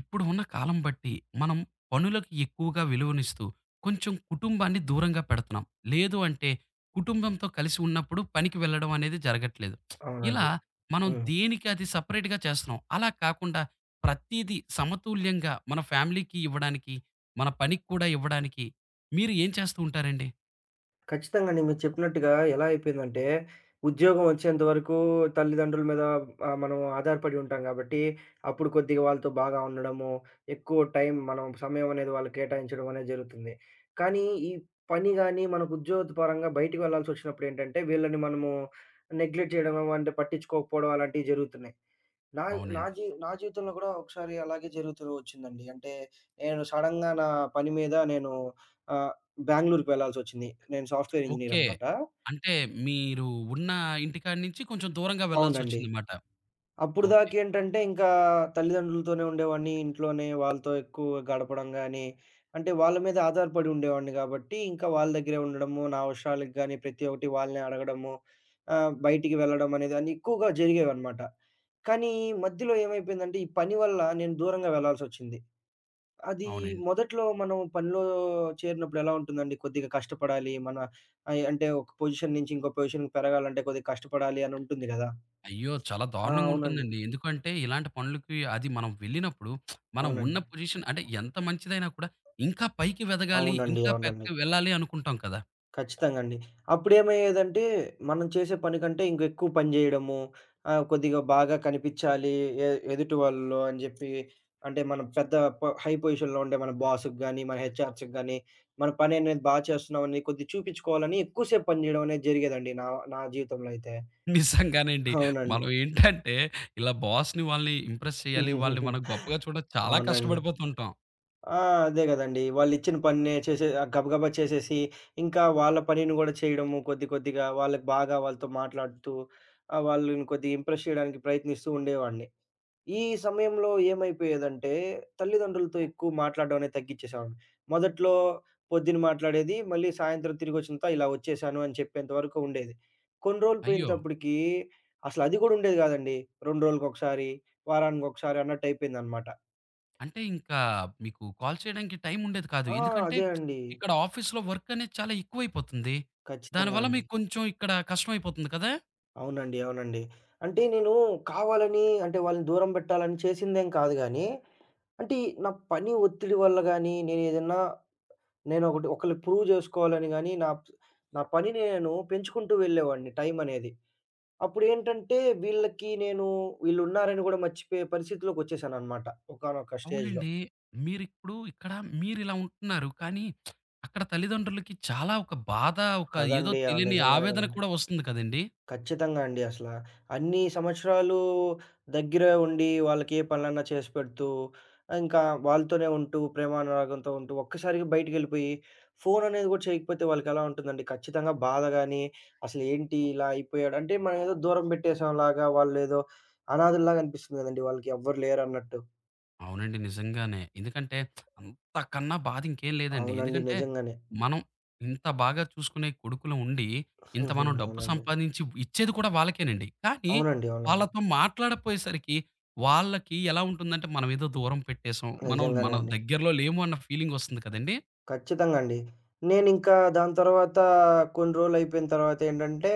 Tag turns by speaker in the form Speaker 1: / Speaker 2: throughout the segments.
Speaker 1: ఇప్పుడు ఉన్న కాలం బట్టి మనం పనులకి ఎక్కువగా విలువనిస్తూ, కొంచెం కుటుంబాన్ని దూరంగా పెడుతున్నాం. లేదు అంటే కుటుంబంతో కలిసి ఉన్నప్పుడు పనికి వెళ్ళడం అనేది జరగట్లేదు. ఇలా
Speaker 2: అవునండి.
Speaker 1: మనం
Speaker 2: హ్మ్.
Speaker 1: దేనికి అది సెపరేట్‌గా చేస్తున్నాం. అలా కాకుండా ప్రతీదీ సమతుల్యంగా మన ఫ్యామిలీకి ఇవ్వడానికి, మన పనికి కూడా ఇవ్వడానికి మీరు ఏం చేస్తూ ఉంటారండి?
Speaker 2: ఖచ్చితంగా అండి. మీరు చెప్పినట్టుగా ఎలా అయిపోయిందంటే, ఉద్యోగం వచ్చేంత వరకు తల్లిదండ్రుల మీద మనం ఆధారపడి ఉంటాం గాబట్టి, అప్పుడు కొద్దిగా వాళ్ళతో బాగా ఉండడము, ఎక్కువ టైం మనం సమయం అనేది వాళ్ళకి కేటాయించడం అనేది జరుగుతుంది. కానీ, ఈ పని గాని, మనకు ఉద్యోగ పరంగా బయటికి వెళ్ళాల్సొచ్చినప్పుడేంటంటే, వీళ్ళని మనము నెగ్లెక్ట్ చేయడమో, అంటే పట్టించుకోకపోవడం అలాంటివి జరుగుతున్నాయి. నా నా
Speaker 1: అవునండి.
Speaker 2: జీ నా జీవితంలో కూడా ఒకసారి అలాగే జరుగుతూ వచ్చిందండి. అంటే నేను సడెన్‌గా నా పని మీద నేను ఆహ్, బెంగుళూరుకి వెళ్ళాల్సొచ్చింది. నేను సాఫ్ట్‌వేర్ ఇంజినీర్
Speaker 1: ఓకే.
Speaker 2: అన్నమాట.
Speaker 1: అంటే మీరు ఉన్న ఇంటికాడ నుంచి కొంచెం దూరంగా
Speaker 2: అవునండి.
Speaker 1: వెళ్ళాల్సొచ్చిందన్నమాట.
Speaker 2: అప్పుడు
Speaker 1: ఓకే.
Speaker 2: దాకేంటంటే ఇంకా తల్లిదండ్రులతోనే ఉండేవాడిని. ఇంట్లోనే వాళ్ళతో ఎక్కువ గడపడం గాని, అంటే వాళ్ళ మీద ఆధారపడి ఉండేవాడిని కాబట్టి, ఇంకా వాళ్ళ దగ్గరే ఉండడము, నా అవసరాలకి గాని ప్రతి ఒక్కటి వాళ్ళనే అడగడము, బయటికి వెళ్ళడం అనేది అన్నీ ఎక్కువగా జరిగేవన్నమాట. కానీ మధ్యలో ఏమైపోయిందంటే, ఈ పని వల్ల నేను దూరంగా వెళ్ళాల్సొచ్చింది. అది
Speaker 1: అవునండి.
Speaker 2: మొదట్లో మనం పనిలో చేరినప్పుడు ఎలా ఉంటుందండి? కొద్దిగా కష్టపడాలి. అంటే ఒక పొజిషన్ నుంచి ఇంకో పొజిషన్‌కి పెరగాలంటే కొద్దిగా కష్టపడాలి అని ఉంటుంది గదా!
Speaker 1: అయ్యో, చాలా
Speaker 2: ఆ,
Speaker 1: దారుణంగా
Speaker 2: అవునండి.
Speaker 1: ఉంటుందండి. ఎందుకంటే ఇలాంటి పనులకి అది మనం వెళ్ళినప్పుడు మనం ఉన్న
Speaker 2: అవునండి.
Speaker 1: పొజిషన్ అంటే ఎంత మంచిదైనా కూడా ఇంకా పైకి వెదగాలి,
Speaker 2: అవునండి.
Speaker 1: ఇంకా
Speaker 2: అవునండి.
Speaker 1: పైకి వెళ్ళాలి అనుకుంటాం కదా!
Speaker 2: ఖచ్చితంగా అండి. అప్పుడేమయ్యేదంటే, మనం చేసే పని కంటే ఇంకెక్కువ పని జేయడము, కొద్దిగా బాగా కనిపిచ్చాలి ఎదుటి వాళ్ళలో అని జెప్పి, అంటే మనం పెద్ద పొ హై పొజిషన్‌లో ఉండే మన బాస్‌కి గాని, మన హెచ్ఆర్స్‌కి గాని, మన పననేది చేస్తున్నామని కొద్దిగా చూపిచ్చుకోవాలని ఎక్కువ సేపు పని జేయడం అనేది జరిగేదండి నా నా జీవితంలో అయితే.
Speaker 1: నిజంగానే అండి.
Speaker 2: అవునండి.
Speaker 1: మనం ఏంటంటే ఇలా బాస్‌ని వాళ్ళని ఇంప్రెస్ చేయాలి, వాళ్ళని మనం గొప్పగా చూడాలి చాలా
Speaker 2: అవునండి.
Speaker 1: కష్టపడిపోతుంటాం.
Speaker 2: ఆ, అదే గదండీ. వాళ్ళిచ్చిన పనినే చేసే గబగబా చేసేసి, ఇంకా వాళ్ళ పనిని గూడా చేయడము కొద్ది కొద్దిగా వాళ్ళకి బాగా వాళ్ళతో మాట్లాడుతూ, వాళ్ళని కొద్దిగా ఇంప్రెస్ చేయడానికి ప్రయత్నిస్తూ ఉండేవాడిని. ఈ సమయంలో ఏమైపోయేదంటే, తల్లిదండ్రులతో ఎక్కువ మాట్లాడడం అనేది తగ్గిచ్చేసేవాడిని. మొదట్లో పొద్దున మాట్లాడేది, మళ్ళీ సాయంత్రం తిరిగొచ్చిన తర్వాత ఇలా వచ్చేసాను అని చెప్పేంత వరకు ఉండేది. కొన్ని రోజులు
Speaker 1: అయ్యో!
Speaker 2: పోయినప్పటికీ అసలది గూడా ఉండేది గాదండి. 2 రోజులకొకసారి, వారానికొకసారి అన్నట్టయిపోయిందనమాట.
Speaker 1: అంటే ఇంకా మీకు కాల్ చేయడానికి టైం ఉండేది కాదు.
Speaker 2: ఆ,
Speaker 1: ఎందుకంటే
Speaker 2: అదే అండి.
Speaker 1: ఇక్కడ ఆఫీస్‌లో వర్క్ అనేది చాలా ఎక్కువైపోతుంది.
Speaker 2: ఖచ్చితంగా
Speaker 1: దానివల్ల
Speaker 2: అండి.
Speaker 1: మీకు కొంచెం ఇక్కడ కష్టమైపోతుంది కదా!
Speaker 2: అవునండి. అవునండి. అంటే నేను కావాలని అంటే వాళ్ళని దూరం పెట్టాలని చేసిందేం కాదు గానీ, అంటే నా పని ఒత్తిడి వల్ల గానీ, నేనేదన్నా నేనొకటి ఒకళ్ళకి ప్రూవ్ జేసుకోవాలని గానీ, నా నా పనిని నేను పెంచుకుంటూ వెళ్ళేవాడిని టైమనేది. అప్పుడేంటంటే వీళ్ళకి నేను వీళ్ళున్నారని గూడా మర్చిపోయే పరిస్థితిలోకొచ్చేసాననమాట ఒకానొక స్టేజ్‌లో.
Speaker 1: అవునండి. మీరిప్పుడు ఇక్కడ మీరిలా ఉంటున్నారు. కానీ అక్కడ తల్లిదండ్రులకి చాలా ఒక బాధ, ఒక ఏదో
Speaker 2: కదండీ! ఆ,
Speaker 1: తెలియని
Speaker 2: నిజంగానే
Speaker 1: ఆవేదన
Speaker 2: గదండీ!
Speaker 1: కూడా వస్తుంది కదండీ!
Speaker 2: ఖచ్చితంగా అండి. అసల అన్ని సంవత్సరాలు దగ్గర ఉండి, వాళ్ళకి ఏ పనులన్నా చేసి పెడుతూ, ఇంకా వాళ్ళతోనే ఉంటూ, ప్రేమానురాగంతో ఉంటూ, ఒక్కసారిగా బయటికెళ్ళిపోయి, ఫోన్ అనేది గూడా చేయకపోతే వాళ్ళకెలా ఉంటుందండి? ఖచ్చితంగా బాధ గాని, అసలేంటి ఇలా అయిపోయాడు? అంటే మనం ఏదో దూరం పెట్టేసాంలాగా, వాళ్ళేదో అనాథల్లాగా అనిపిస్తుంది గదండీ వాళ్ళకి ఎవ్వరు లేరన్నట్టు.
Speaker 1: అవునండి. నిజంగానే. ఎందుకంటే అంతకన్నా బాధ ఇంకేం లేదండి.
Speaker 2: అవునండి.
Speaker 1: ఎందుకంటే
Speaker 2: నిజంగానే.
Speaker 1: మనం ఇంత బాగా చూసుకునే కొడుకులం ఉండి, ఇంత
Speaker 2: హుహు.
Speaker 1: మనం డబ్బు
Speaker 2: అవునండి.
Speaker 1: సంపాదించి ఇచ్చేది కూడా వాళ్ళకేనండి. కానీ
Speaker 2: అవునండి. అవునండి.
Speaker 1: వాళ్ళతో మాట్లాడపోయేసరికి వాళ్ళకి ఎలా ఉంటుందంటే మనమేదో దూరం పెట్టేసాం. మనం
Speaker 2: నిజంగానే
Speaker 1: మనం
Speaker 2: అండి.
Speaker 1: దగ్గరలో లేము అన్న ఫీలింగొస్తుంది కదండీ!
Speaker 2: ఖచ్చితంగా అండి. నేనింకా దాని తర్వాత కొన్ని రోజులయిపోయిన తర్వాతేంటంటే,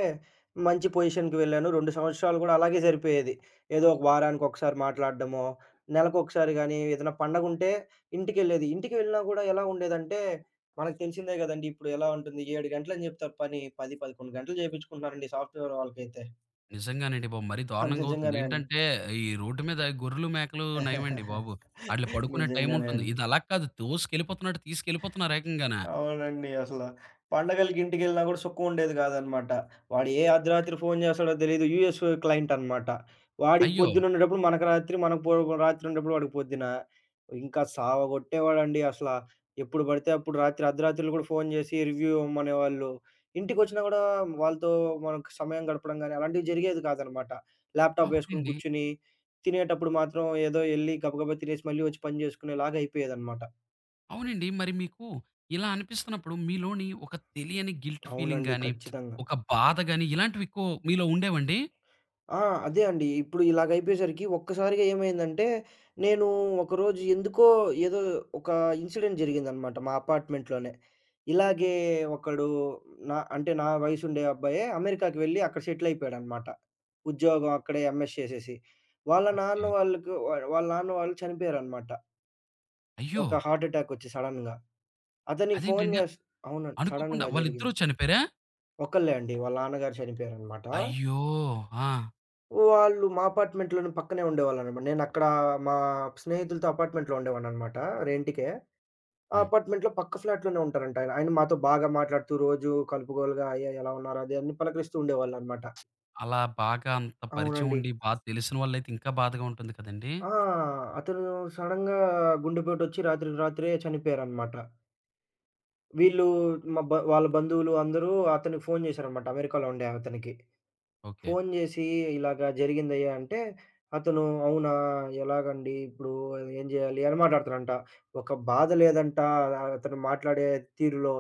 Speaker 2: మంచి పొజిషన్‌కి వెళ్ళాను. 2 సంవత్సరాలు గూడా అలాగే సరిపోయేది. ఏదో ఒక వారానికొకసారి మాట్లాడడమో, నెలకొకసారి గానీ, ఏదైనా పండగుంటే ఇంటికెళ్ళేది. ఇంటికి వెళ్ళినా గూడా ఎలా ఉండేదంటే, మనకు తెలిసిందే గదండీ! ఇప్పుడు ఎలా ఉంటుంది. 7 గంటలని జెప్తారు పని. 10, 11 గంటలు జేపిచ్చుకుంటున్నారండి సాఫ్ట్‌వేర్ వాళ్ళకైతే.
Speaker 1: నిజంగానండి బాబు. మరీ
Speaker 2: ఆ,
Speaker 1: దారుణంగా అవుతుంది.
Speaker 2: నిజంగానే అండి.
Speaker 1: ఏంటంటే, ఈ రోడ్డు మీద గొర్రెలు, మేకలు నయమండి బాబు. ఆటిలి పడుకునే
Speaker 2: నిజంగానే
Speaker 1: టైముంటుంది.
Speaker 2: అండి.
Speaker 1: ఇది అలా కాదు తోసుకెళ్ళిపోతున్నట్టు తీసుకెళ్ళిపోతున్నారు ఏకంగాన.
Speaker 2: అవునండి. అసల పండగలకి ఇంటికెళ్ళినా గూడా సుఖం ఉండేది గాదనమాట. వాడు ఏ అర్ధరాత్రి ఫోను జేస్తాడో తెలీదు. యూఎస్ క్లయింట్ అనమాట. వాడికి
Speaker 1: అయ్యో!
Speaker 2: పొద్దునుండేటప్పుడు మనకు రాత్రి, మనకు పొ రాత్రి ఉండేటప్పుడు వాడికి పొద్దున. ఇంకా సావగొట్టేవాడండి అసల. ఎప్పుడు బడితే అప్పుడు రాత్రి అర్ధరాత్రులు గూడా ఫోను జేసి రివ్యూ ఇవ్వమనేవాళ్ళు. ఇంటికొచ్చినా గూడా వాళ్ళతో మనకు సమయం గడపడం గాని, అలాంటివి జరిగేది కాదనమాట. ల్యాప్‌టాప్ వేసుకొని
Speaker 1: అవునండి.
Speaker 2: కూర్చొని, తినేటప్పుడు మాత్రం ఏదో ఎళ్లి గబగబా తినేసి మళ్ళీ వచ్చి పని జేసుకునేలాగా అయిపోయేదనమాట.
Speaker 1: అవునండి. మరి మీకు ఇలా అనిపిస్తున్నప్పుడు మీలోని ఒక తెలియని గిల్ట్ ఫీలింగ్
Speaker 2: అవునండి.
Speaker 1: గాని,
Speaker 2: ఖచ్చితంగా.
Speaker 1: ఒక బాధ గాని ఇలాంటివి ఎక్కువ మీలో ఉండేవండి?
Speaker 2: ఆ, అదే అండి. ఇప్పుడు ఇలాగయిపోయేసరికి ఒక్కసారిగా ఏమైందంటే, నేను ఒకరోజు ఎందుకో ఏదో ఒక ఇన్సిడెంట్ జరిగిందనమాట మా అపార్ట్‌మెంట్‌లోనే. ఇలాగే ఒకడు నా వయసుండే అబ్బాయే అమెరికాకి వెళ్ళి అక్కడ సెటిలయిపోయాడనమాట. ఉద్యోగం అక్కడే ఎంఎస్ చేసేసి.
Speaker 1: ఓకే.
Speaker 2: వాళ్ళ నాన్న వాళ్ళు చనిపోయారనమాట.
Speaker 1: అయ్యో!
Speaker 2: ఒక హార్ట్ ఎటాకొచ్చి సడెన్‌గా. అతనికి ఫోను
Speaker 1: అదేంటండి,
Speaker 2: చేస్ అవునండి.
Speaker 1: అనుకోకుండా
Speaker 2: సడెన్‌గా
Speaker 1: వాళ్ళిద్దరూ
Speaker 2: జరిగింది.
Speaker 1: చనిపోయారా?
Speaker 2: ఒక్కళ్ళే అండి. వాళ్ళ నాన్నగారు చనిపోయారనమాట.
Speaker 1: అయ్యో! ఆ!
Speaker 2: వాళ్ళు మా అపార్ట్‌మెంట్‌లోనే పక్కనే ఉండేవాళ్ళనమాట. నేనక్కడ మా స్నేహితులతో అపార్ట్‌మెంట్‌లో ఉండేవాడిననమాట రెంట్‌కే. ఆ
Speaker 1: హ్మ్.
Speaker 2: అపార్ట్‌మెంట్‌లో పక్క ఫ్లాట్‌లోనే ఉంటారంటాయన. ఆయన ఆయన మాతో బాగా మాట్లాడుతూ రోజు కలుపుగోలుగా అయ్యా ఎలా ఉన్నారు? అది అని పలకరిస్తూ ఉండేవాళ్ళనమాట.
Speaker 1: అలా బాగా అంత పరిచయం
Speaker 2: అవునండి.
Speaker 1: ఉండి, బాగా తెలిసిన వాళ్ళైతే ఇంకా బాధగా ఉంటుంది కదండీ.
Speaker 2: ఆ, అతను సడెన్‌గా గుండెపోటొచ్చి రాత్రికి రాత్రే చనిపోయారనమాట. వీళ్ళు మా బ వాళ్ళ బంధువులు అందరూ అతనికి ఫోను చేశారనమాట అమెరికాలో ఉండే అతనికి.
Speaker 1: ఓకే.
Speaker 2: ఫోను జేసి ఇలాగ జరిగిందయ్యా అంటే, అతను అవునా! ఎలాగండి ఇప్పుడు ఏం జేయాలి అని మాట్లాడతాడంట. ఒక బాధ లేదంట అతను మాట్లాడే తీరులో.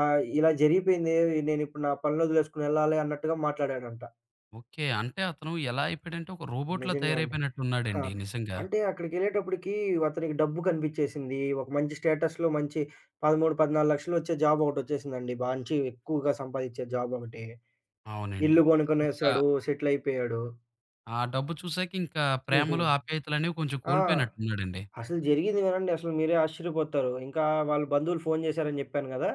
Speaker 2: ఇలా జరిగిపోయింది నేనిప్పుడు నా పనులొదిలేసుకొని ఎళ్ళాలి అన్నట్టుగా మాట్లాడాడంట.
Speaker 1: ఓకే. అంటే అతను ఎలా అయిపోయాడంటే ఒక రోబోట్‌లా
Speaker 2: నిజంగా అండి. ఆ,
Speaker 1: తయారైపోయినట్టున్నాడండి నిజంగా.
Speaker 2: అంటే అక్కడికెళ్ళేటప్పటికి అతనికి డబ్బు కనిపిచ్చేసింది. ఒక మంచి స్టేటస్‌లో మంచి 13, 14,00,000 వచ్చే జాబ్ ఒకటొచ్చేసిందండి. మంచి ఎక్కువగా సంపాదిచ్చే జాబ్ ఒకటి.
Speaker 1: అవునండి.
Speaker 2: ఇల్లు
Speaker 1: ఇంకా
Speaker 2: కొనుక్కునేసాడు. సెటిల్ అయిపోయాడు.
Speaker 1: ఆ డబ్బు చూసాక ఇంకా
Speaker 2: హుహు.
Speaker 1: ప్రేమలు, ఆప్యాయతలనేవి కొంచెం
Speaker 2: ఆ,
Speaker 1: కోల్పోయినట్టున్నాడండి.
Speaker 2: అసలు జరిగింది వినండి. అసలు మీరే ఆశ్చర్యపోతారు. ఇంకా వాళ్ళ బంధువులు ఫోను జేశారని జెప్పాను గదా!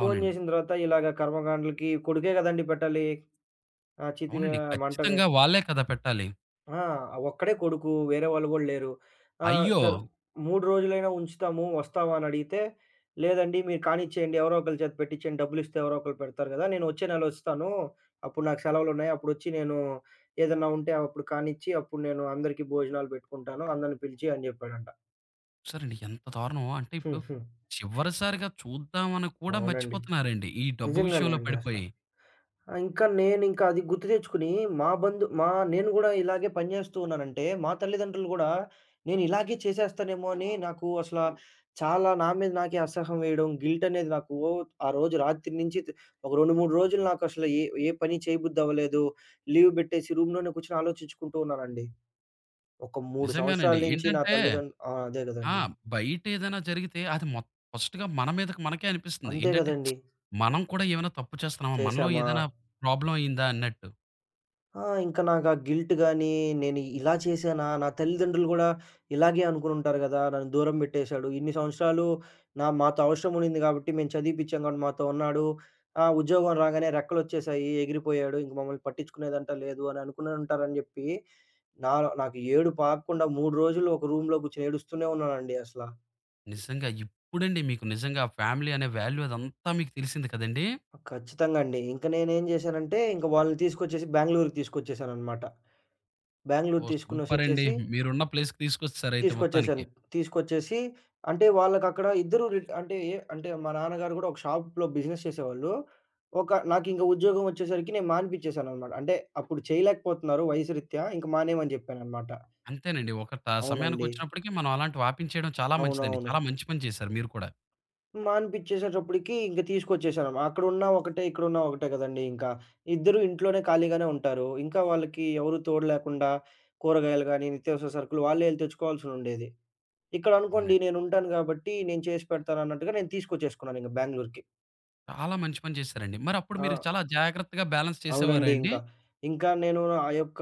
Speaker 2: ఫోను
Speaker 1: అవునండి.
Speaker 2: జేసిన తర్వాత ఇలాగ కర్మకాండలకి కొడుకే గదండీ పెట్టాలి. ఆ! చితి మ
Speaker 1: అవునండి.
Speaker 2: మంటని.
Speaker 1: ఖచ్చితంగా వాళ్ళే కదా పెట్టాలి.
Speaker 2: ఆ, ఒక్కడే కొడుకు. వేరే వాళ్ళు గూడా లేరు. ఆ,
Speaker 1: అయ్యో!
Speaker 2: సరే 3 రోజులైనా ఉంచుతాము. వస్తావా అని అడిగితే, లేదండి మీరు కానిచ్చేయండి. ఎవరో ఒకళ్ళ చేత పెట్టించేయండి. డబ్బులిస్తే ఎవరో ఒకళ్ళు పెడతారు గదా! నేను వచ్చే నెల ఒస్తాను. అప్పుడు నాకు సెలవులున్నాయి. అప్పుడొచ్చి నేను ఏదన్నా ఉంటే అప్పుడు కానిచ్చి అప్పుడు నేను అందరికీ భోజనాలు బెట్టుకుంటాను. అందరిని పిలిచి అని జెప్పాడంట.
Speaker 1: చూసారండి ఎంత దారుణమో! అంటే ఇప్పుడు చివరిసారిగా చూద్దామని కూడా
Speaker 2: అవునండి.
Speaker 1: మర్చిపోతున్నారండి. ఈ డబ్బు
Speaker 2: నిజంగానే
Speaker 1: విషయంలో
Speaker 2: అండి అసల.
Speaker 1: పడిపోయి.
Speaker 2: ఆ, నేనింకా అది గుర్తు తెచ్చుకొని మా బంధు మా నేను గూడా ఇలాగే పని జేస్తూ ఉన్నానంటే, మా తల్లిదండ్రులు గూడా నేను ఇలాగే చేసేస్తానేమో అని నాకు అసల చాలా నా మీద నాకే అసహ్యం వేయడం, గిల్ట్ అనేది నాకు ఓ ఆ రోజు రాత్రి నుంచి ఒక 2, 3 రోజులు నాకసల ఏ ఏ పని చేయబుద్ధి అవ్వలేదు. లీవ్ బెట్టేసి రూమ్‌లోనే కూర్చొని ఆలోచించుకుంటూ ఉన్నానండి. ఒక 3 సంవత్సరాల
Speaker 1: నిజంగానండి.
Speaker 2: నుంచి నా
Speaker 1: ఏంటంటే
Speaker 2: తల్లిదండ్రు ఆ, అదే
Speaker 1: ఆ!
Speaker 2: గదండీ.
Speaker 1: బయటేదైనా జరిగితే అది ఫస్ట్‌గా మన మీదకి మనకే అనిపిస్తుంది.
Speaker 2: అంతే
Speaker 1: ఏంటంటే
Speaker 2: గదండీ.
Speaker 1: మనం కూడా ఏమైనా తప్పు చేస్తున్నామా? మనలో
Speaker 2: చేశామా?
Speaker 1: ఏదైనా ప్రాబ్లమ్ అయిందా అన్నట్టు.
Speaker 2: ఆ, ఇంక నాకా గిల్ట్ గానీ, నేను ఇలా చేశానా? నా తల్లిదండ్రులు గూడా ఇలాగే అనుకునుంటారు గదా! నన్ను దూరం బెట్టేశాడు. ఇన్ని సంవత్సరాలు నా మాతో అవసరం ఉండింది గాబట్టి, మేము చదివిపిచ్చాం గాబట్టి మాతో ఉన్నాడు. ఆ, ఉద్యోగం రాగానే రెక్కలొచ్చేశాయి, ఎగిరిపోయాడు. ఇంక మమ్మల్ని పట్టించుకునేదంట లేదు అని అనుకునే ఉంటారని జెప్పి, నాలో నాకు ఏడుపు ఆగకుండా 3 రోజులు ఒక రూమ్‌లో గూర్చొని ఏడుస్తూనే ఉన్నానండి అసల.
Speaker 1: నిజంగా ఇప్పుడండి మీకు నిజంగా ఫ్యామిలీ అనే వాల్యూ అదంతా మీకు తెలిసింది కదండీ!
Speaker 2: ఖచ్చితంగా అండి. ఇంక నేనేం జేశానంటే, ఇంక వాళ్ళని తీసుకొచ్చేసి బెంగుళూరుకి తీసుకొచ్చేశాననమాట. బెంగుళూరు
Speaker 1: ఓహ్! సూపర్ అండి.
Speaker 2: తీసుకొనేసొచ్చేసి
Speaker 1: మీరున్న ప్లేస్‌కి తీసుకొచ్చేసారైతే మొత్తానికి.
Speaker 2: తీసుకొచ్చేసాను. తీసుకొచ్చేసి అంటే వాళ్ళకక్కడ ఇద్దరు రిట్ అంటే ఏ అంటే మా నాన్నగారు గూడా ఒక షాప్‌లో బిజినెస్ చేసేవాళ్ళు. నాకింక ఉద్యోగం వచ్చేసరికి నేను మానిపిచ్చేసాననమాట. అంటే అప్పుడు చేయలేకపోతున్నారు వయసు రీత్యా. ఇంక మానేయమని జెప్పాననమాట.
Speaker 1: అంతేనండి. ఒక
Speaker 2: అవునండి.
Speaker 1: సమయానికొచ్చినప్పటికి మనం అలాంటివి ఆపించేయడం చాలా మంచిదండి.
Speaker 2: అవునవును.
Speaker 1: చాలా మంచి పని చేశారు మీరు కూడా.
Speaker 2: మానిపిచ్చేసేటప్పటికి ఇంక తీసుకొచ్చేసాను. అక్కడున్నా ఒకటే, ఇక్కడున్నా ఒకటే గదండీ ఇంకా. ఇద్దరు ఇంట్లోనే ఖాళీగానే ఉంటారు. ఇంకా వాళ్ళకి ఎవరు తోడు లేకుండా కూరగాయలు గానీ, నిత్యావసర సరుకులు వాళ్ళే యెళ్లి తెచ్చుకోవాల్సుండేది. ఇక్కడనుకోండి
Speaker 1: అవునండి.
Speaker 2: నేనుంటాను గాబట్టి, నేను చేసి పెడతానన్నట్టుగా నేను తీసుకొచ్చేసుకున్నానింక బెంగుళూరుకి.
Speaker 1: చాలా మంచి పని చేశారండి. మరప్పుడు
Speaker 2: ఆ,
Speaker 1: మీరు చాలా జాగ్రత్తగా బ్యాలెన్స్ చేసేవారా
Speaker 2: అవునండి
Speaker 1: అండి?
Speaker 2: ఇంకా. ఇంకా నేను ఆ యొక్క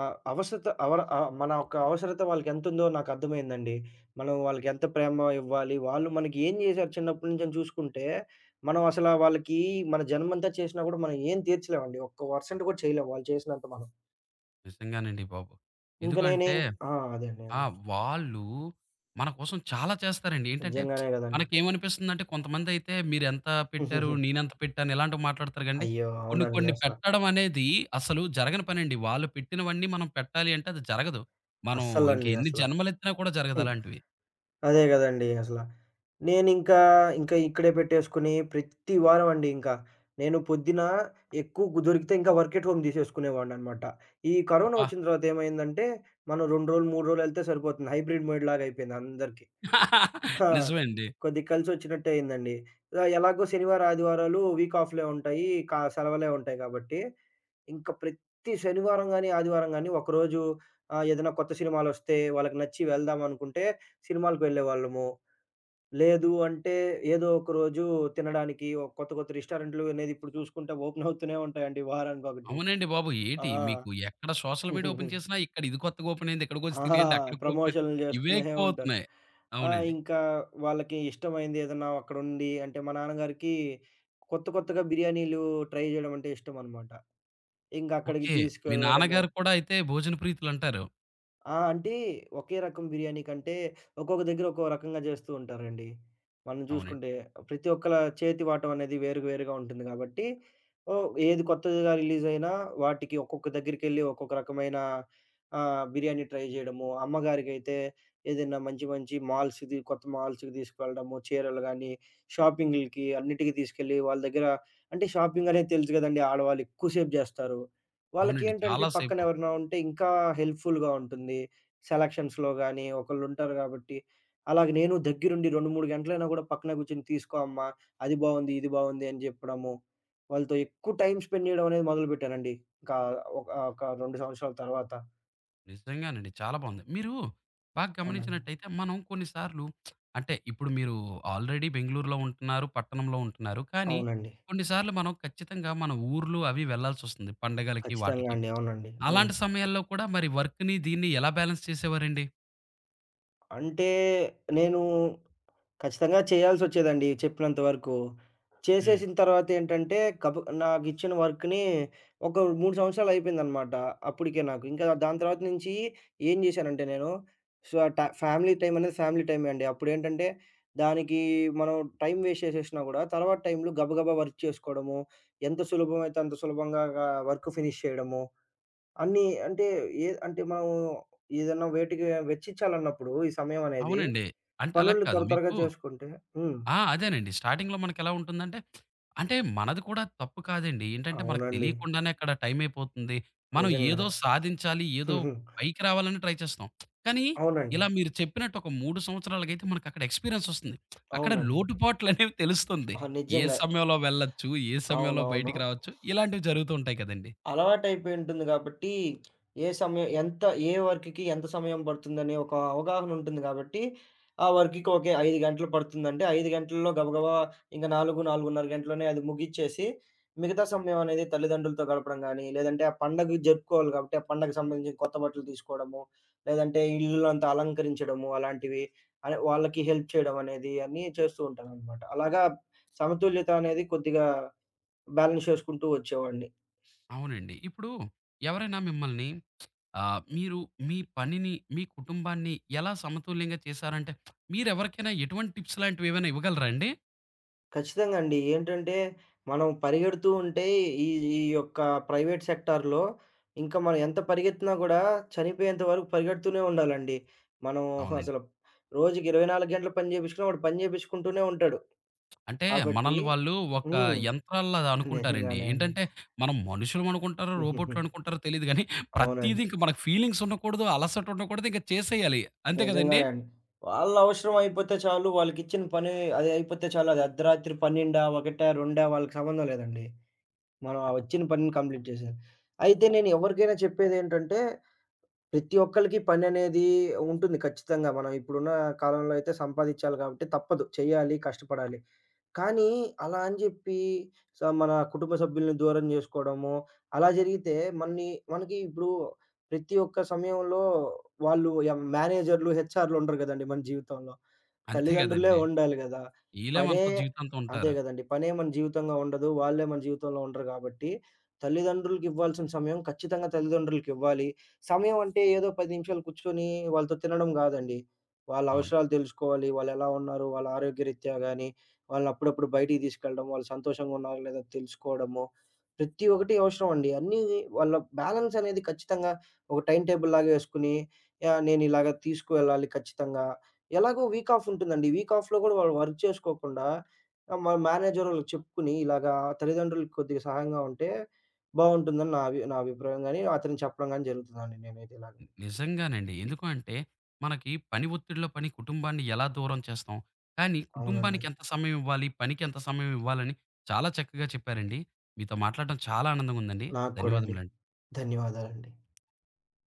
Speaker 2: అవసరత అవర మన యొక్క అవసరత వాళ్ళకెంతుందో నాకర్థమైందండి. మనం వాళ్ళకెంత ప్రేమ ఇవ్వాలి, వాళ్ళు మనకి ఏం జేశారు చిన్నప్పటి నుంచి అని చూసుకుంటే, మనం అసల వాళ్ళకి మన జన్మంతా చేసినా గూడా మనం ఏం తీర్చలేమండి. ఒక్క పర్సెంట్ గూడా చేయలేం వాళ్ళు చేసినంత మనం.
Speaker 1: నిజంగానండి బాబు.
Speaker 2: ఇంక
Speaker 1: ఎందుకంటే
Speaker 2: నేనేం ఆ, అదే అండి.
Speaker 1: ఆ!
Speaker 2: అదే.
Speaker 1: వాళ్ళు మన కోసం చాలా చేస్తారండి. ఏంటంటే,
Speaker 2: నిజంగానే గదండీ.
Speaker 1: మనకేమనిపిస్తుందంటే కొంతమందయితే మీరెంత పెట్టారు, నేనెంత పెట్టాను ఇలాంటివి మాట్లాడతారు గాండి,
Speaker 2: అయ్యో!
Speaker 1: కొన్ని
Speaker 2: అవునండి
Speaker 1: కొన్ని
Speaker 2: అసల.
Speaker 1: పెట్టడం అనేది అసలు జరగని పనండి. వాళ్ళు పెట్టినవన్నీ మనం పెట్టాలి అంటే అది జరగదు. మనం ఇంక
Speaker 2: అస్సలండి
Speaker 1: ఎన్ని
Speaker 2: అసల.
Speaker 1: జన్మలెత్తినా కూడా జరగదు అలాంటివి.
Speaker 2: అదే గదండీ అసల. నేనింకా, ఇంకా ఇక్కడే పెట్టేసుకొని ప్రతి వారం అండి ఇంకా. నేను పొద్దున ఎక్కువ గు దొరికితే ఇంకా వర్క్ ఎట్ హోమ్ తీసేసుకునేవాడిననమాట. ఈ కరోనా
Speaker 1: అబ్బా!
Speaker 2: వచ్చిన తర్వాత ఏమైందంటే, మనం 2 రోజులు, 3 రోజులు ఎళ్తే సరిపోతుంది. హైబ్రిడ్ మోడ్ లాగా అయిపోయింది అందరికి. ఆ,
Speaker 1: నిజమే అండి.
Speaker 2: కొద్దిగా కలిసొచ్చినట్టే అయిందండి. ఎలాగో శనివారం, ఆదివారాలు వీక్ ఆఫ్‌లే ఉంటాయి. సెలవులే ఉంటాయి గాబట్టి, ఇంక ప్రతి శనివారం గాని, ఆదివారం గాని ఒకరోజు ఏదైనా కొత్త సినిమాలొస్తే వాళ్ళకి నచ్చి వెళ్దామనుకుంటే సినిమాలకు వెళ్ళేవాళ్ళము. లేదు అంటే, ఏదో ఒక రోజు తినడానికి ఒక కొత్త, కొత్త రెస్టారెంట్లు అనేది ఇప్పుడు చూసుకుంటే ఓపెన్ అవుతూనే ఉంటాయండి వారానికొకటి.
Speaker 1: అవునండి బాబు.
Speaker 2: ఆ.
Speaker 1: ఏటి మీకు ఎక్కడ సోషల్ మీడియా
Speaker 2: హుహుహు.
Speaker 1: ఓపెన్ చేసినా ఇక్కడ ఇది కొత్తగా ఓపెన్ అయింది, ఇక్కడికొచ్చి
Speaker 2: ఆ,
Speaker 1: తిరిగేయండి, అక్కడికి ఓపెన్
Speaker 2: ప్రమోషన్‌లు
Speaker 1: ఇవే
Speaker 2: చేస్తూనే ఉంటారు.
Speaker 1: ఎక్కువవుతున్నాయి.
Speaker 2: ఆ,
Speaker 1: అవునండి.
Speaker 2: ఇంకా వాళ్ళకి ఇష్టమైంది ఏదన్నా అక్కడుండి అంటే మా నాన్నగారికి కొత్త, కొత్తగా బిర్యానీలు ట్రై చేయడం అంటే ఇష్టమనమాట. ఇంక అక్కడికి
Speaker 1: ఓకే. మీ
Speaker 2: తీసుకెళ్ళడము.
Speaker 1: నాన్నగారు కూడా అయితే భోజన ప్రీతులంటారు.
Speaker 2: ఆ, అంటే ఒకే రకం బిర్యానీ కంటే ఒక్కొక్క దగ్గర ఒక్కో రకంగా జేస్తూ ఉంటారండి. మనం
Speaker 1: అవునండి.
Speaker 2: చూసుకుంటే ప్రతి ఒక్కల చేతి వాటం అనేది వేరు వేరుగా ఉంటుంది గాబట్టి, ఓహ్! ఏది కొత్తగా రిలీజ్ అయినా వాటికి ఒక్కొక్క దగ్గరికెళ్ళి ఒక్కొక్క రకమైన బిర్యానీ ట్రై జేయడము. అమ్మగారికైతే ఏదైనా మంచి మంచి మాల్స్‌ది కొత్త మాల్స్‌కి తీసుకువెళ్ళడము. చీరలు గాని, షాపింగ్‌లకి అన్నిటికి తీసుకెళ్ళి వాళ్ళ దగ్గర అంటే షాపింగ్ అనేది తెలుసు గదండీ ఆడవాళ్ళు ఎక్కువ సేపు జేస్తారు.
Speaker 1: అవునండి.
Speaker 2: వాళ్ళకేంటంటే
Speaker 1: చాలా
Speaker 2: పక్కన
Speaker 1: సేపు.
Speaker 2: ఎవరైనా ఉంటే ఇంకా హెల్ప్‌ఫుల్‌గా ఉంటుంది. సెలక్షన్స్‌లో గాని ఒకళ్ళుంటారు గాబట్టి. అలాగే నేను దగ్గరుండి 2, 3 గంటలైనా గూడా పక్కన కూర్చొని తీసుకో అమ్మా! అది బావుంది, ఇది బావుంది అని జెప్పడము. వాళ్ళతో ఎక్కువ టైం స్పెండ్ జేయడం అనేది మొదలుపెట్టానండి. ఇంకా ఒక ఒక 2 సంవత్సరాల తర్వాత.
Speaker 1: నిజంగానండి. చాలా బావుంది. మీరు బాగా
Speaker 2: అవునండి.
Speaker 1: గమనించినట్టయితే మనం కొన్ని సార్లు అంటే ఇప్పుడు మీరు ఆల్రెడీ బెంగుళూరులో ఉంటున్నారు, పట్టణంలో ఉంటున్నారు. కానీ
Speaker 2: అవునండి.
Speaker 1: కొన్ని సార్లు మనం ఖచ్చితంగా మన ఊర్లు అవి వెళ్ళాల్సొస్తుంది పండగలకి
Speaker 2: ఖచ్చితంగా
Speaker 1: వాటికి.
Speaker 2: అండి. అవునండి. హ్మ్.
Speaker 1: అలాంటి సమయాల్లో కూడా మరి వర్క్‌ని దీన్ని ఎలా బ్యాలెన్స్ చేసేవారండి?
Speaker 2: అంటే నేను ఖచ్చితంగా చేయాల్సొచ్చేదండి చెప్పినంత వరకు.
Speaker 1: హ్మ్.
Speaker 2: చేసేసిన తర్వాతేంటంటే గబ నాకిచ్చిన వర్క్‌ని ఒక 3 సంవత్సరాలయిపోయిందనమాట అప్పటికే నాకు. ఇంకా దాని తర్వాత నుంచి ఏం జేశానంటే నేను సో, ట ఫ్యామిలీ టైమ్ అనేది ఫ్యామిలీ టైమే అండి. అప్పుడేంటంటే దానికి మనం టైమ్ వేస్ట్ చేసేసినా గూడా తర్వాత టైంలో గబగబా వర్క్ చేసుకోవడము, ఎంత సులభమైతే అంత సులభంగా గా వర్క్ ఫినిష్ చేయడము, అన్నీ అంటే ఏ అంటే మనం ఏదన్నా వేటికి వెచ్చించాలన్నప్పుడు ఈ సమయం అనేది
Speaker 1: అవునండి. అంటే అలా
Speaker 2: పనులు
Speaker 1: కాదు
Speaker 2: త్వరగా
Speaker 1: మీకు
Speaker 2: చేసుకుంటే హ్మ్.
Speaker 1: ఆ! అదేనండి. స్టార్టింగ్‌లో మనకెలా ఉంటుందంటే, అంటే మనది కూడా తప్పు కాదండి. ఏంటంటే మనకు
Speaker 2: అవునండి.
Speaker 1: తెలియకుండానే అక్కడ టైమయిపోతుంది. మనం ఏదో
Speaker 2: నిజంగానే.
Speaker 1: సాధించాలి, ఏదో
Speaker 2: హుహు.
Speaker 1: పైకి రావాలని ట్రై చేస్తాం. కానీ
Speaker 2: అవునండి.
Speaker 1: ఇలా మీరు చెప్పినట్టు ఒక 3 సంవత్సరాలకైతే మనకక్కడ ఎక్స్‌పీరియన్సొస్తుంది. అక్కడ
Speaker 2: అవునండి.
Speaker 1: లోటుపాట్లనేవి తెలుస్తుంది.
Speaker 2: ఆ,
Speaker 1: ఏ
Speaker 2: నిజంగా.
Speaker 1: సమయంలో వెళ్ళొచ్చు, ఏ సమయంలో
Speaker 2: అవునవును.
Speaker 1: బయటికి రావచ్చు, ఇలాంటివి జరుగుతూ ఉంటాయి కదండీ.
Speaker 2: అలవాటైపోయి ఉంటుంది గాబట్టి, ఏ సమయం ఎంత ఏ వర్క్‌కి ఎంత సమయం పడుతుందనే ఒక అవగాహన ఉంటుంది గాబట్టి, ఆ వర్క్‌కి ఓకే. 5 గంటలు పడుతుందంటే, 5 గంటల్లో గబగబా ఇంక 4, 4:30 గంటలోనే అది ముగిచ్చేసి, మిగతా సమయం అనేది తల్లిదండ్రులతో గడపడం గానీ, లేదంటే ఆ పండగ జరుపుకోవాలి గాబట్టి, ఆ పండగకి సంబంధించిన కొత్త బట్టలు తీసుకోవడము, లేదంటే ఇల్లంతా అలంకరించడము అలాంటివి, అదే వాళ్ళకి హెల్ప్ చేయడం అనేది అన్నీ చేస్తూ ఉంటాననమాట. అలాగా సమతుల్యత అనేది కొద్దిగా బ్యాలెన్స్ చేసుకుంటూ వచ్చేవాడిని.
Speaker 1: అవునండి. ఇప్పుడు ఎవరైనా మిమ్మల్ని మీరు మీ పనిని, మీ కుటుంబాన్ని ఎలా సమతుల్యంగా చేశారంటే మీరెవరికైనా ఎటువంటి టిప్స్ లాంటివేవైనా ఇవ్వగలరా అండి?
Speaker 2: ఖచ్చితంగా అండి. ఏంటంటే, మనం పరిగెడుతూ ఉంటే ఈ ఈ యొక్క ప్రైవేట్ సెక్టార్‌లో ఇంకా మనం ఎంత పరిగెత్తినా గూడా చనిపోయేంత వరకు పరిగెడుతూనే ఉండాలండి. మనం
Speaker 1: అవునండి.
Speaker 2: అసలు రోజుకి 24 గంటలు పని జేపిచ్చుకున్నా వాడు పని జేపిచ్చుకుంటూనే ఉంటాడు.
Speaker 1: అంటే
Speaker 2: కాబట్టి
Speaker 1: మనల్ని వాళ్ళు ఒక
Speaker 2: హ్మ్.
Speaker 1: యంత్రాల్లా అనుకుంటారండి.
Speaker 2: నిజంగానే అండి.
Speaker 1: ఏంటంటే మనం మనుషులమనుకుంటారో, రోబోట్లనుకుంటారో తెలీదు గానీ ప్రతీదీ
Speaker 2: అవునండి.
Speaker 1: ఇంక మనకు ఫీలింగ్స్ ఉండకూడదు, అలసట ఉండకూడదు. ఇంక చేసేయాలి. అంతే కదండీ!
Speaker 2: నిజంగానే అండి. వాళ్ళ అవసరం అయిపోతే చాలు, వాళ్ళకిచ్చిన పని అది అయిపోతే చాలు. అది అర్ధరాత్రి 12, 1, 2 వాళ్ళకి సంబంధం లేదండి. మనం ఆ వచ్చిన పనిని కంప్లీట్ చేశాను. అయితే నేను ఎవరికైనా చెప్పేదేంటంటే, ప్రతి ఒక్కళ్ళకి పననేది ఉంటుంది ఖచ్చితంగా. మనం ఇప్పుడున్న కాలంలో అయితే సంపాదించాలి కాబట్టి తప్పదు. చేయాలి, కష్టపడాలి. కానీ అలా అని జెప్పి మన కుటుంబ సభ్యుల్ని దూరం జేసుకోవడము, అలా జరిగితే మన్ని మనకి ఇప్పుడు ప్రతి ఒక్క సమయంలో వాళ్ళు మేనేజర్‌లు, హెచ్ఆర్‌లు ఉండరు గదండీ మన జీవితంలో.
Speaker 1: అంతే
Speaker 2: తల్లిదండ్రులే
Speaker 1: గదండీ!
Speaker 2: వండాలి గదా!
Speaker 1: ఈళ్ళే
Speaker 2: పనే
Speaker 1: మనతో జీవితాంతం
Speaker 2: అదే
Speaker 1: ఉంటారు.
Speaker 2: గదండీ. పనే మన జీవితంగా ఉండదు. వాళ్ళే మన జీవితంలో ఉండరు గాబట్టి, తల్లిదండ్రులకివ్వాల్సిన సమయం ఖచ్చితంగా తల్లిదండ్రులకివ్వాలి. సమయం అంటే ఏదో 10 నిమిషాలు కూర్చొని వాళ్ళతో తినడం గాదండి. వాళ్ళ
Speaker 1: అవును.
Speaker 2: అవసరాలు తెలుసుకోవాలి. వాళ్ళెలా ఉన్నారు? వాళ్ళ ఆరోగ్యరీత్యా గానీ, వాళ్ళని అప్పుడప్పుడు బయటికి తీసుకెళ్ళడం, వాళ్ళు సంతోషంగున్నారా లేదా తెలుసుకోవడము. ప్రతి ఒక్కటి అవసరం అండి. అన్నీ వాళ్ళ బ్యాలెన్స్ అనేది ఖచ్చితంగా ఒక టైమ్ టేబుల్‌లాగా యేసుకొని, యాహ్! నేనిలాగ తీసుకువెళ్ళాలి ఖచ్చితంగా ఎలాగో వీక్ ఆఫ్ ఉంటుందండి. వీక్ ఆఫ్‌లో గూడా వాళ్ళు వర్క్ చేసుకోకుండా మా మేనేజరోళ్ళకి చెప్పుకొని ఇలాగా తల్లిదండ్రులకి కొద్దిగా సహాయంగా ఉంటే బావుంటుందని నా అభిప్రాయం గాని, అతనికి చెప్పడం గాని జరుగుతుందండి నేనైతే ఇలాగ.
Speaker 1: నిజంగానండి. ఎందుకు అంటే, మనకి పని ఒత్తిడిలో పని కుటుంబాన్ని ఎలా దూరం చేస్తాం, కానీ
Speaker 2: అవునండి.
Speaker 1: కుటుంబానికి ఎంత సమయం ఇవ్వాలి, పనికి ఎంత సమయం ఇవ్వాలని చాలా చక్కగా చెప్పారండి. మీతో మాట్లాడడం చాలా ఆనందంగా ఉందండి.
Speaker 2: నాకు కూడా అండి.
Speaker 1: ధన్యవాదములండి.
Speaker 2: ధన్యవాదాలండి.